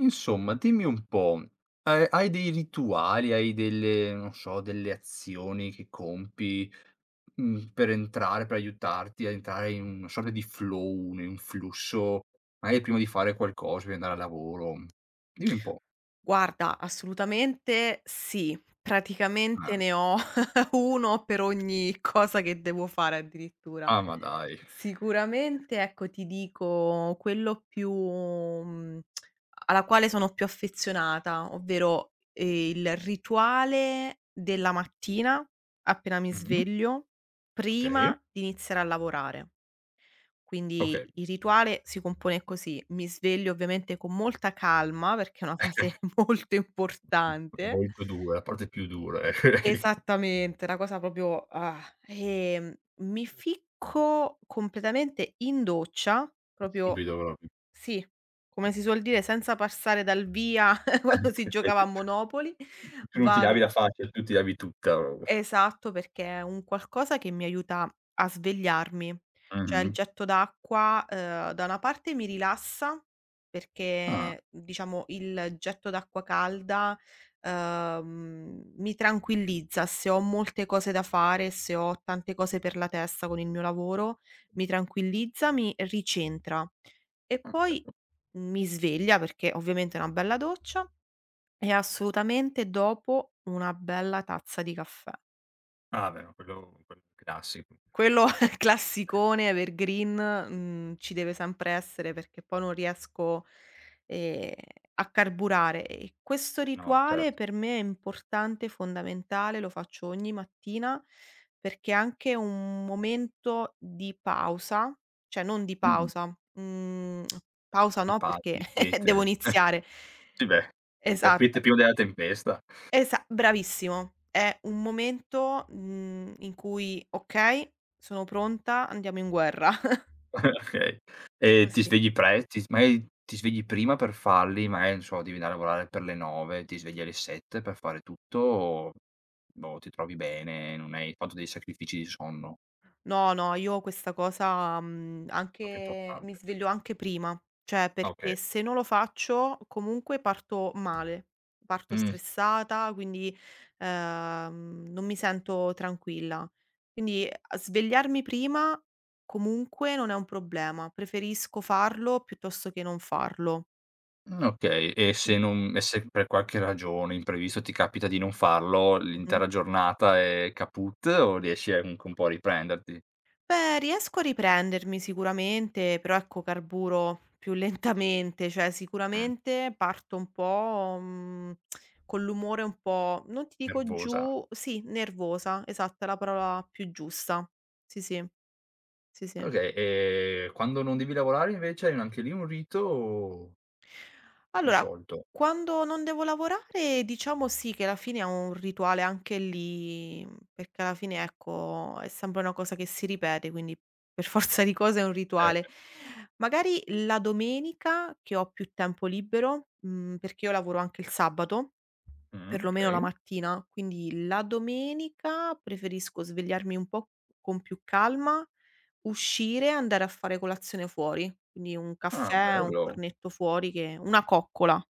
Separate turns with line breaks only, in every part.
Insomma, dimmi un po', hai dei rituali, hai delle non so, delle azioni che compi, per entrare per aiutarti a entrare in una sorta di flow, in un flusso, magari prima di fare qualcosa, prima di andare a lavoro. Dimmi un po'.
Guarda, assolutamente sì. Praticamente
Ah.
ne ho uno per ogni cosa che devo fare addirittura.
Ah, ma dai.
Sicuramente, ecco, ti dico quello più alla quale sono più affezionata, ovvero, il rituale della mattina, appena mi
Mh-mh.
sveglio,
Okay,
prima di iniziare a lavorare. Quindi
okay.
il rituale si compone così: mi sveglio ovviamente con molta calma, perché è una fase molto importante.
Molto dura, la parte più dura, quella lì.
Esattamente, una cosa proprio ehm, mi ficco completamente in doccia, proprio
Subito proprio.
sì, come si suol dire senza passare dal via quando si giocava a Monopoli.
Tu non ti lavi
Vado
la faccia, tu ti lavi tutta proprio.
Esatto, perché è un qualcosa che mi aiuta a svegliarmi. Cioè il
Mh-mh.
getto d'acqua, da una parte mi rilassa
Ah.
perché, diciamo, il getto d'acqua calda, mi tranquillizza. Se ho molte cose da fare, se ho tante cose per la testa con il mio lavoro, mi tranquillizza, mi ricentra. E poi mi sveglia perché ovviamente è una bella doccia e assolutamente dopo una bella tazza di caffè.
Ah beh, ma quello quello classico, eh.
Quello classicone evergreen, ci deve sempre essere perché poi non riesco, ehm, a carburare, e questo
No,
rituale
certo.
per me è importante, fondamentale, lo faccio ogni mattina perché è anche un momento di pausa, cioè non di
Mh.
pausa, pausa
Di
no
pa
perché
di quiete.
devo iniziare.
Sì beh, la
Esat
quiete prima della tempesta.
Esa Bravissimo. È un momento, in cui: "Okay, sono pronta, andiamo in guerra."
Okay. E ti
Così.
svegli pre ti s magari ti svegli prima per farli, magari non so, devi andare a lavorare per le 9, ti svegli alle 7 per fare tutto o boh, ti trovi bene, non hai fatto dei sacrifici di sonno?
No, no, io questa cosa,
Proprio
anche mi
importante.
sveglio anche prima, cioè
Ah okay.
perché se non lo faccio comunque parto male, parto
Mh.
stressata, quindi, non mi sento tranquilla. Quindi, svegliarmi prima comunque non è un problema, preferisco farlo piuttosto che non farlo.
Okay. E
Mh.
se non e se per qualche ragione, imprevisto, ti capita di non farlo,
Mh-mh.
l'intera giornata è caput o riesci a comunque un po' a riprenderti?
Beh, riesco a riprendermi sicuramente, però ecco carburo più lentamente, cioè
Mh,
sicuramente parto un po', con l'umore un po' non ti dico
nervosa.
giù, sì, nervosa, esatto, è la parola più giusta. Sì, sì, sì, sì.
Okay, e quando non devi lavorare invece hai anche lì un rito più
Allora,
sciolto?
quando non devo lavorare diciamo sì che alla fine ho un rituale anche lì, perché alla fine ecco è sempre una cosa che si ripete, quindi per forza di cose è un
Eh
rituale.
beh.
Magari la domenica che ho più tempo libero, perché io lavoro anche il sabato. Perlomeno la
Okay.
mattina, quindi la domenica preferisco svegliarmi un po' con più calma, uscire e andare a fare colazione fuori, quindi un
Ah,
caffè, un
bello.
cornetto fuori, che una coccola,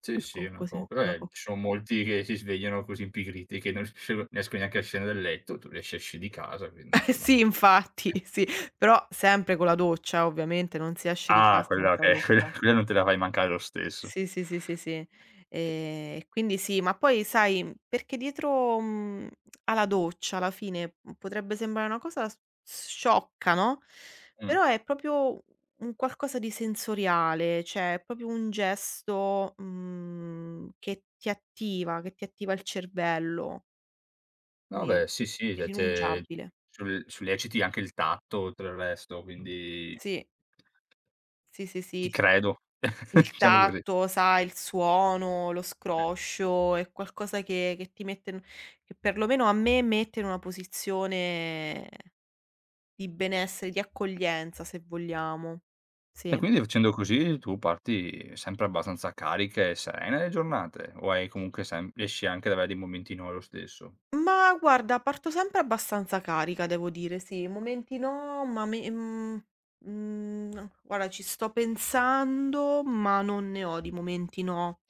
Sì, sì, è
ecco,
una
così,
cosa
una
ci
cocco
sono molti che si svegliano così impigriti che non riesce non riescono neanche a scendere dal letto, tu riesci a esci di casa, quindi
eh
insomma.
sì infatti, sì, però sempre con la doccia, ovviamente, non si esce di
Ah,
casa
quella
senza
okay, quella
doccia.
quella non te la fai mancare lo stesso.
Sì, sì, sì, sì, sì. E quindi sì, ma poi sai perché dietro, alla doccia alla fine, potrebbe sembrare una cosa s sciocca, no,
Mh.
però è proprio un qualcosa di sensoriale, cioè è proprio un gesto, che ti attiva il cervello,
No
quindi
beh, sì, sì, cioè c'è
irrinunciabile.
sul sugli ecciti anche il tatto, tutto il resto, quindi
Sì, sì, sì,
ti
sì.
credo,
Il
diciamo così.
tatto, sai, il suono, lo scroscio, è qualcosa che perlomeno a me mette in una posizione di benessere, di accoglienza, se vogliamo.
E
Sì.
quindi facendo così tu parti sempre abbastanza carica e serena le giornate, o hai comunque sem riesci anche ad avere dei momenti no lo stesso?
Ma guarda, parto sempre abbastanza carica, devo dire, sì. Momenti no, ma guarda, ci sto pensando, ma non ne ho di momenti no.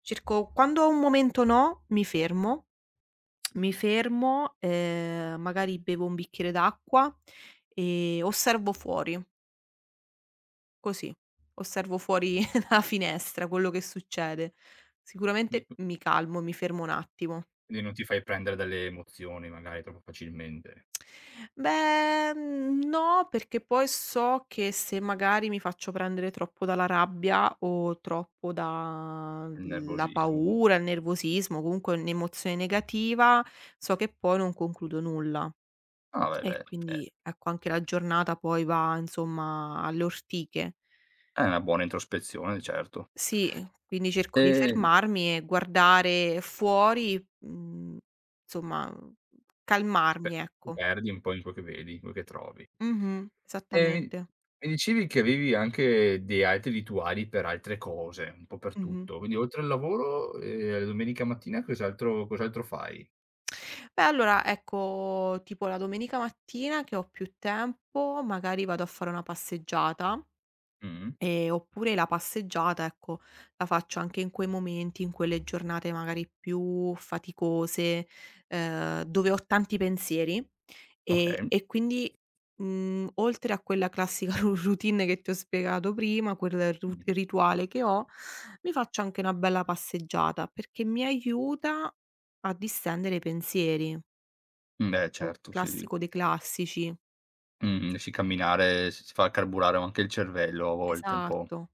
Cerco, quando ho un momento no, mi fermo, magari bevo un bicchiere d'acqua e osservo fuori, così. Osservo fuori dalla finestra quello che succede.
Di
Sicuramente mi calmo, mi fermo un attimo.
quindi non ti fai prendere dalle emozioni magari troppo facilmente,
Beh, no, perché poi so che se magari mi faccio prendere troppo dalla rabbia o troppo
il
dalla
nervosismo.
paura, il nervosismo, comunque un'emozione negativa, so che poi non concludo nulla.
Ah beh,
E
beh,
quindi, ecco, anche la giornata poi va, insomma, alle ortiche.
è una buona introspezione, certo.
Sì, quindi cerco di
Ehm,
fermarmi e guardare fuori, insomma,
ti pe
calmarmi,
ti
ecco.
perdi un po' in quello che vedi, quello che trovi.
Mh-mh,
E mi
esattamente.
mi dicevi che avevi anche dei altri rituali per altre cose, un po' per
Mh-mh.
tutto. Quindi oltre al lavoro e alla domenica mattina cos'altro cos'altro fai?
Beh, allora, ecco, tipo la domenica mattina che ho più tempo, magari vado a fare una passeggiata.
Mh.
Oppure la passeggiata, ecco, la faccio anche in quei momenti, in quelle giornate magari più faticose, dove ho tanti pensieri,
Okay.
e quindi, oltre a quella classica ru routine che ti ho spiegato prima, quel ru
Mh.
rituale che ho, mi faccio anche una bella passeggiata, perché mi aiuta a distendere i pensieri,
Beh
o
certo, sì.
classico dei classici.
Sì camminare s si fa carburare anche il cervello a volte un po'.
Esatto.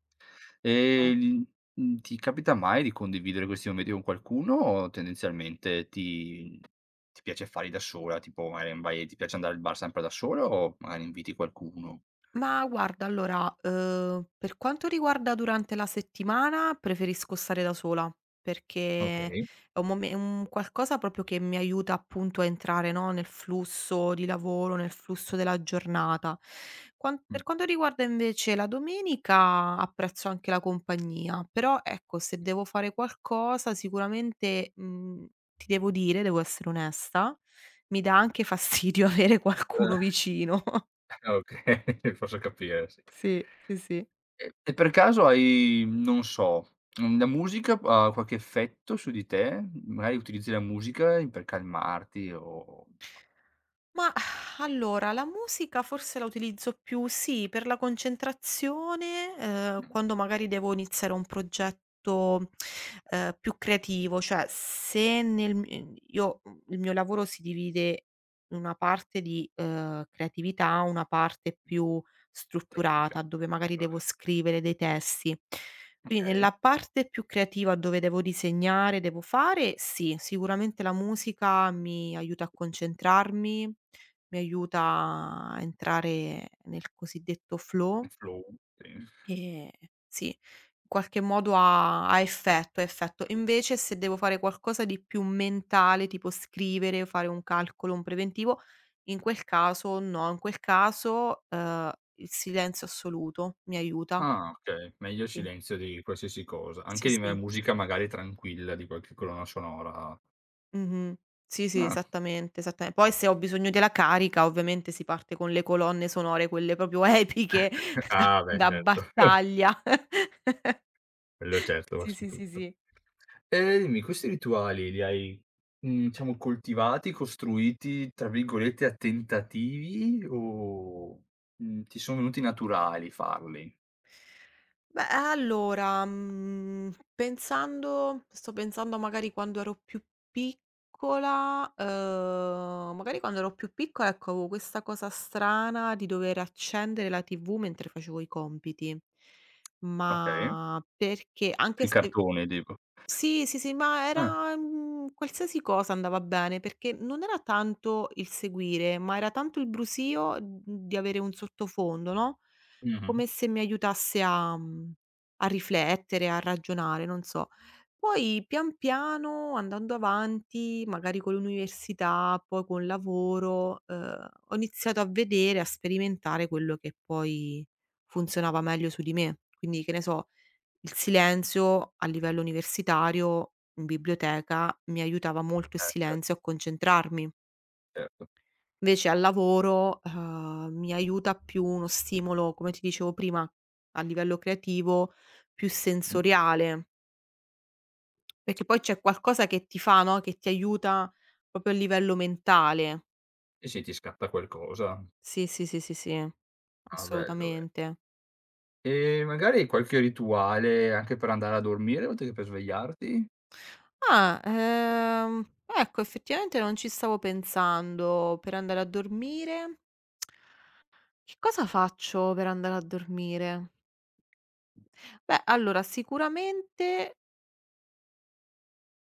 E l ti capita mai di condividere questi momenti con qualcuno o tendenzialmente ti ti piace farli da sola? Tipo magari vai ti piace andare al bar sempre da sola o magari inviti qualcuno?
Ma guarda, allora, per quanto riguarda durante la settimana, preferisco stare da sola, perché
Okay.
è un qualcosa proprio che mi aiuta appunto a entrare, no, nel flusso di lavoro, nel flusso della giornata. Quan
Mh.
Per quanto riguarda invece la domenica, apprezzo anche la compagnia, però ecco, se devo fare qualcosa sicuramente, ti devo dire, devo essere onesta, mi dà anche fastidio avere qualcuno
Eh,
vicino.
okay, posso capire, sì.
Sì, sì, sì.
E per caso hai, non so, la musica ha qualche effetto su di te? Magari utilizzi la musica in per calmarti o
Ma allora, la musica forse la utilizzo più, sì, per la concentrazione,
mh,
quando magari devo iniziare un progetto, più creativo, cioè se nel m io mm, il mio lavoro si divide in una parte di, creatività, una parte più strutturata,
tecnica
dove magari devo
particolare.
scrivere dei testi. Quindi
Okay.
nella parte più creativa dove devo disegnare, devo fare, sì, sicuramente la musica mi aiuta a concentrarmi, mi aiuta a entrare nel cosiddetto
Il
flow
flow, sì.
e sì, in qualche modo ha effetto, ha effetto. Invece se devo fare qualcosa di più mentale, tipo scrivere, fare un calcolo, un preventivo, in quel caso no, in quel caso, il silenzio assoluto mi aiuta.
Ah, okay. Meglio il
Sì,
silenzio di qualsiasi cosa,
sì,
anche di una
sì.
musica magari tranquilla, di qualche colonna sonora.
Mh-mh. Sì, sì,
Ah.
esattamente, esattame poi se ho bisogno della carica ovviamente si parte con le colonne sonore, quelle proprio epiche da
Ah, beh,
da
certo.
battaglia.
Quello certo, va
Sì,
su
sì, sì,
tutto.
sì.
E dimmi, questi rituali li hai, diciamo coltivati, costruiti, tra virgolette, "a tentativi" o, ti sono venuti naturali farli?
Beh, allora, mhmm, pensando sto pensando magari quando ero più piccola, ecco, avevo questa cosa strana di dover accendere la TV mentre facevo i compiti,
Okay.
ma perché
Sui
anche se.
cartoni dico.
Sì, sì, sì, ma
Ah.
era qualsiasi cosa andava bene, perché non era tanto il seguire, ma era tanto il brusio, di avere un sottofondo, no,
Mh-mh.
come se mi aiutasse a riflettere, a ragionare, non so. Poi pian piano, andando avanti, magari con l'università, poi col lavoro, ho iniziato a vedere, a sperimentare quello che poi funzionava meglio su di me. Quindi, che ne so, il silenzio a livello universitario, in biblioteca, mi aiutava molto, il
Eh
silenzio,
certo,
a concentrarmi.
certo.
Invece al lavoro, mi aiuta più uno stimolo, come ti dicevo prima, a livello creativo, più
Mh.
sensoriale, perché poi c'è qualcosa che ti fa, no, che ti aiuta proprio a livello mentale.
E se ti scatta qualcosa.
Sì, sì, sì, sì, sì,
Ah bello, bello.
assolutamente.
E magari qualche rituale anche per andare a dormire oltre che per svegliarti?
Ah, ecco, effettivamente non ci stavo pensando. Per andare a dormire Che cosa faccio per andare a dormire? Beh, allora, sicuramente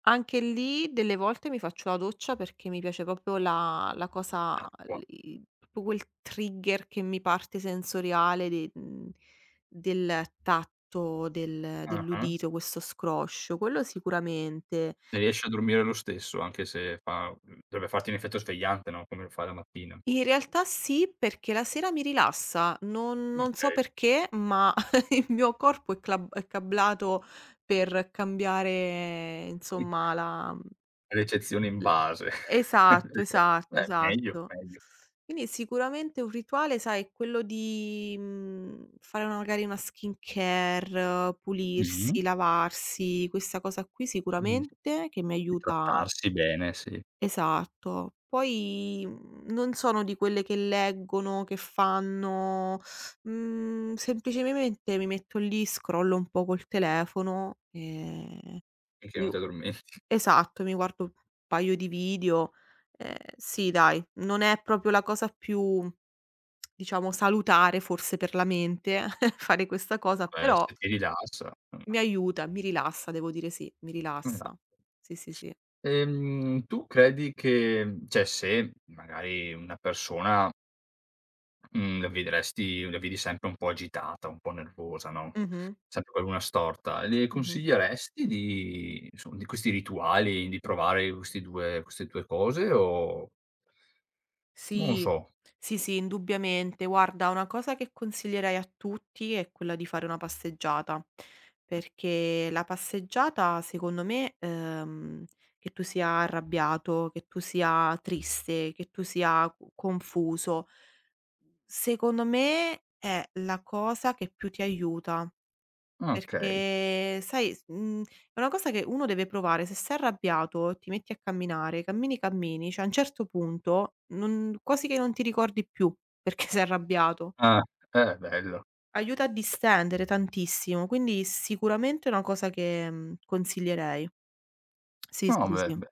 anche lì delle volte mi faccio la doccia perché mi piace proprio la cosa,
L'acqua.
l i proprio quel trigger che mi parte sensoriale del tatto,
Ah-ah.
dell'udito, questo scroscio, quello sicuramente.
E riesci a dormire lo stesso anche se fa dovrebbe farti un effetto svegliante, no, come lo fai la mattina.
In realtà sì, perché la sera mi rilassa. Non so
Okay.
perché, ma il mio corpo è cablato per cambiare insomma la mhmm,
Ricezione in
l
base.
esatto, esatto,
Beh, meglio,
esatto.
meglio.
Quindi sicuramente un rituale, sai, è quello di, fare una magari una skincare,
Mh-mh.
pulirsi, lavarsi, questa cosa qui
Mh.
sicuramente, che mi
Di
aiuta.
trattarsi bene, sì.
Esatto. Poi, non sono di quelle che leggono, che fanno, semplicemente mi metto lì, scrollo un po' col telefono,
Finché
mi
non
u
t'addormenti.
esatto, mi guardo un paio di video. Sì dai, non è proprio la cosa più, diciamo, salutare forse per la mente fare questa cosa,
Vabbè,
però
se ti rilassa. Mh.
mi aiuta, mi rilassa, devo dire sì, mi
Esatto.
rilassa. Sì, sì, sì.
Tu credi che cioè se magari una persona, mhmm, la vedresti la vedi sempre un po' agitata, un po' nervosa, no,
Mh-mh.
sempre con la luna storta, le
Mh-mh.
consiglieresti di insom di questi rituali, di provare questi 2 queste 2 cose o non lo
Sì,
so.
sì. Sì, indubbiamente. Guarda, una cosa che consiglierei a tutti è quella di fare una passeggiata,
Mh.
perché la passeggiata, secondo me, che tu sia arrabbiato, che tu sia triste, che tu sia confuso, secondo me è la cosa che più ti aiuta.
Okay.
Perché sai è una cosa che uno deve provare. Se sei arrabbiato, ti metti a camminare, cammini, cammini, cioè a un certo punto non, quasi che non ti ricordi più perché sei arrabbiato.
Ah, bello.
Aiuta a distendere tantissimo, quindi sicuramente è una cosa che, consiglierei. Sì, sì,
No,
sì,
beh,
sì.
beh.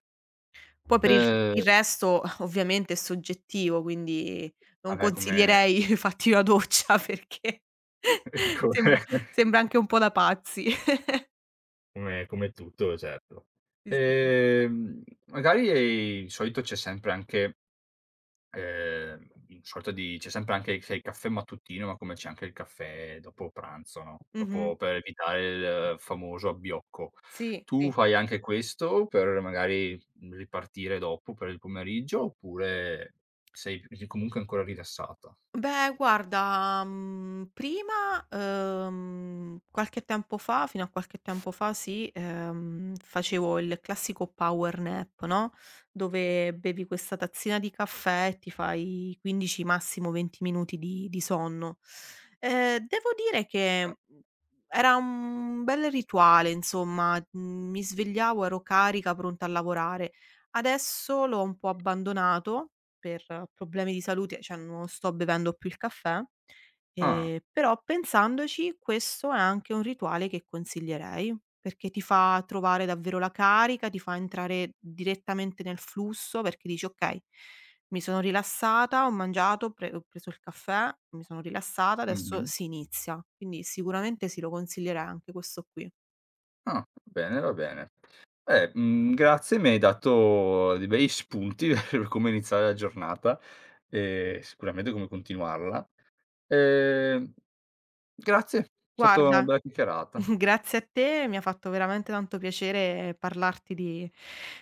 Poi per
Ehm,
il resto ovviamente è soggettivo, quindi non
vabbè come
consiglierei fatti una doccia perché
come
sembra sembra anche un po' da pazzi.
come come tutto, certo.
Sì, sì, sì.
Ehm, magari solito c'è sempre anche una sorta di c'è sempre anche c'è il caffè mattutino, ma come c'è anche il caffè dopo pranzo, no,
Mh-mh.
dopo per evitare il famoso abbiocco.
Sì,
Tu
sì.
fai anche questo per magari ripartire dopo per il pomeriggio, oppure sei ri comunque ancora rilassata?
Beh, guarda, prima, qualche tempo fa, fino a qualche tempo fa sì, facevo il classico power nap, no, dove bevi questa tazzina di caffè e ti fai 15, massimo 20 minuti di sonno. Devo dire che,
Eh,
era un bel rituale, insomma, mi svegliavo, ero carica, pronta a lavorare. Adesso l'ho un po' abbandonato per problemi di salute, cioè non sto bevendo più il caffè,
ah,
però pensandoci questo è anche un rituale che consiglierei, perché ti fa trovare davvero la carica, ti fa entrare direttamente nel flusso, perché dici: "Okay, mi sono rilassata, ho mangiato, ho preso il caffè, mi sono rilassata, adesso
mh-mh.
si inizia." Quindi sicuramente sì, lo consiglierei anche questo qui.
Ah, va bene, va bene. Grazie, mi hai dato dei bei spunti per come iniziare la giornata e sicuramente come continuarla. Ehm, grazie, è stato una
Guarda.
bella chiacchierata.
Grazie a te, mi ha fatto veramente tanto piacere parlarti di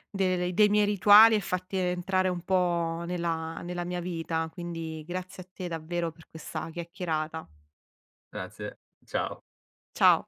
del dei miei rituali e farti entrare un po' nella mia vita, quindi grazie a te davvero per questa chiacchierata.
Grazie, ciao.
Ciao.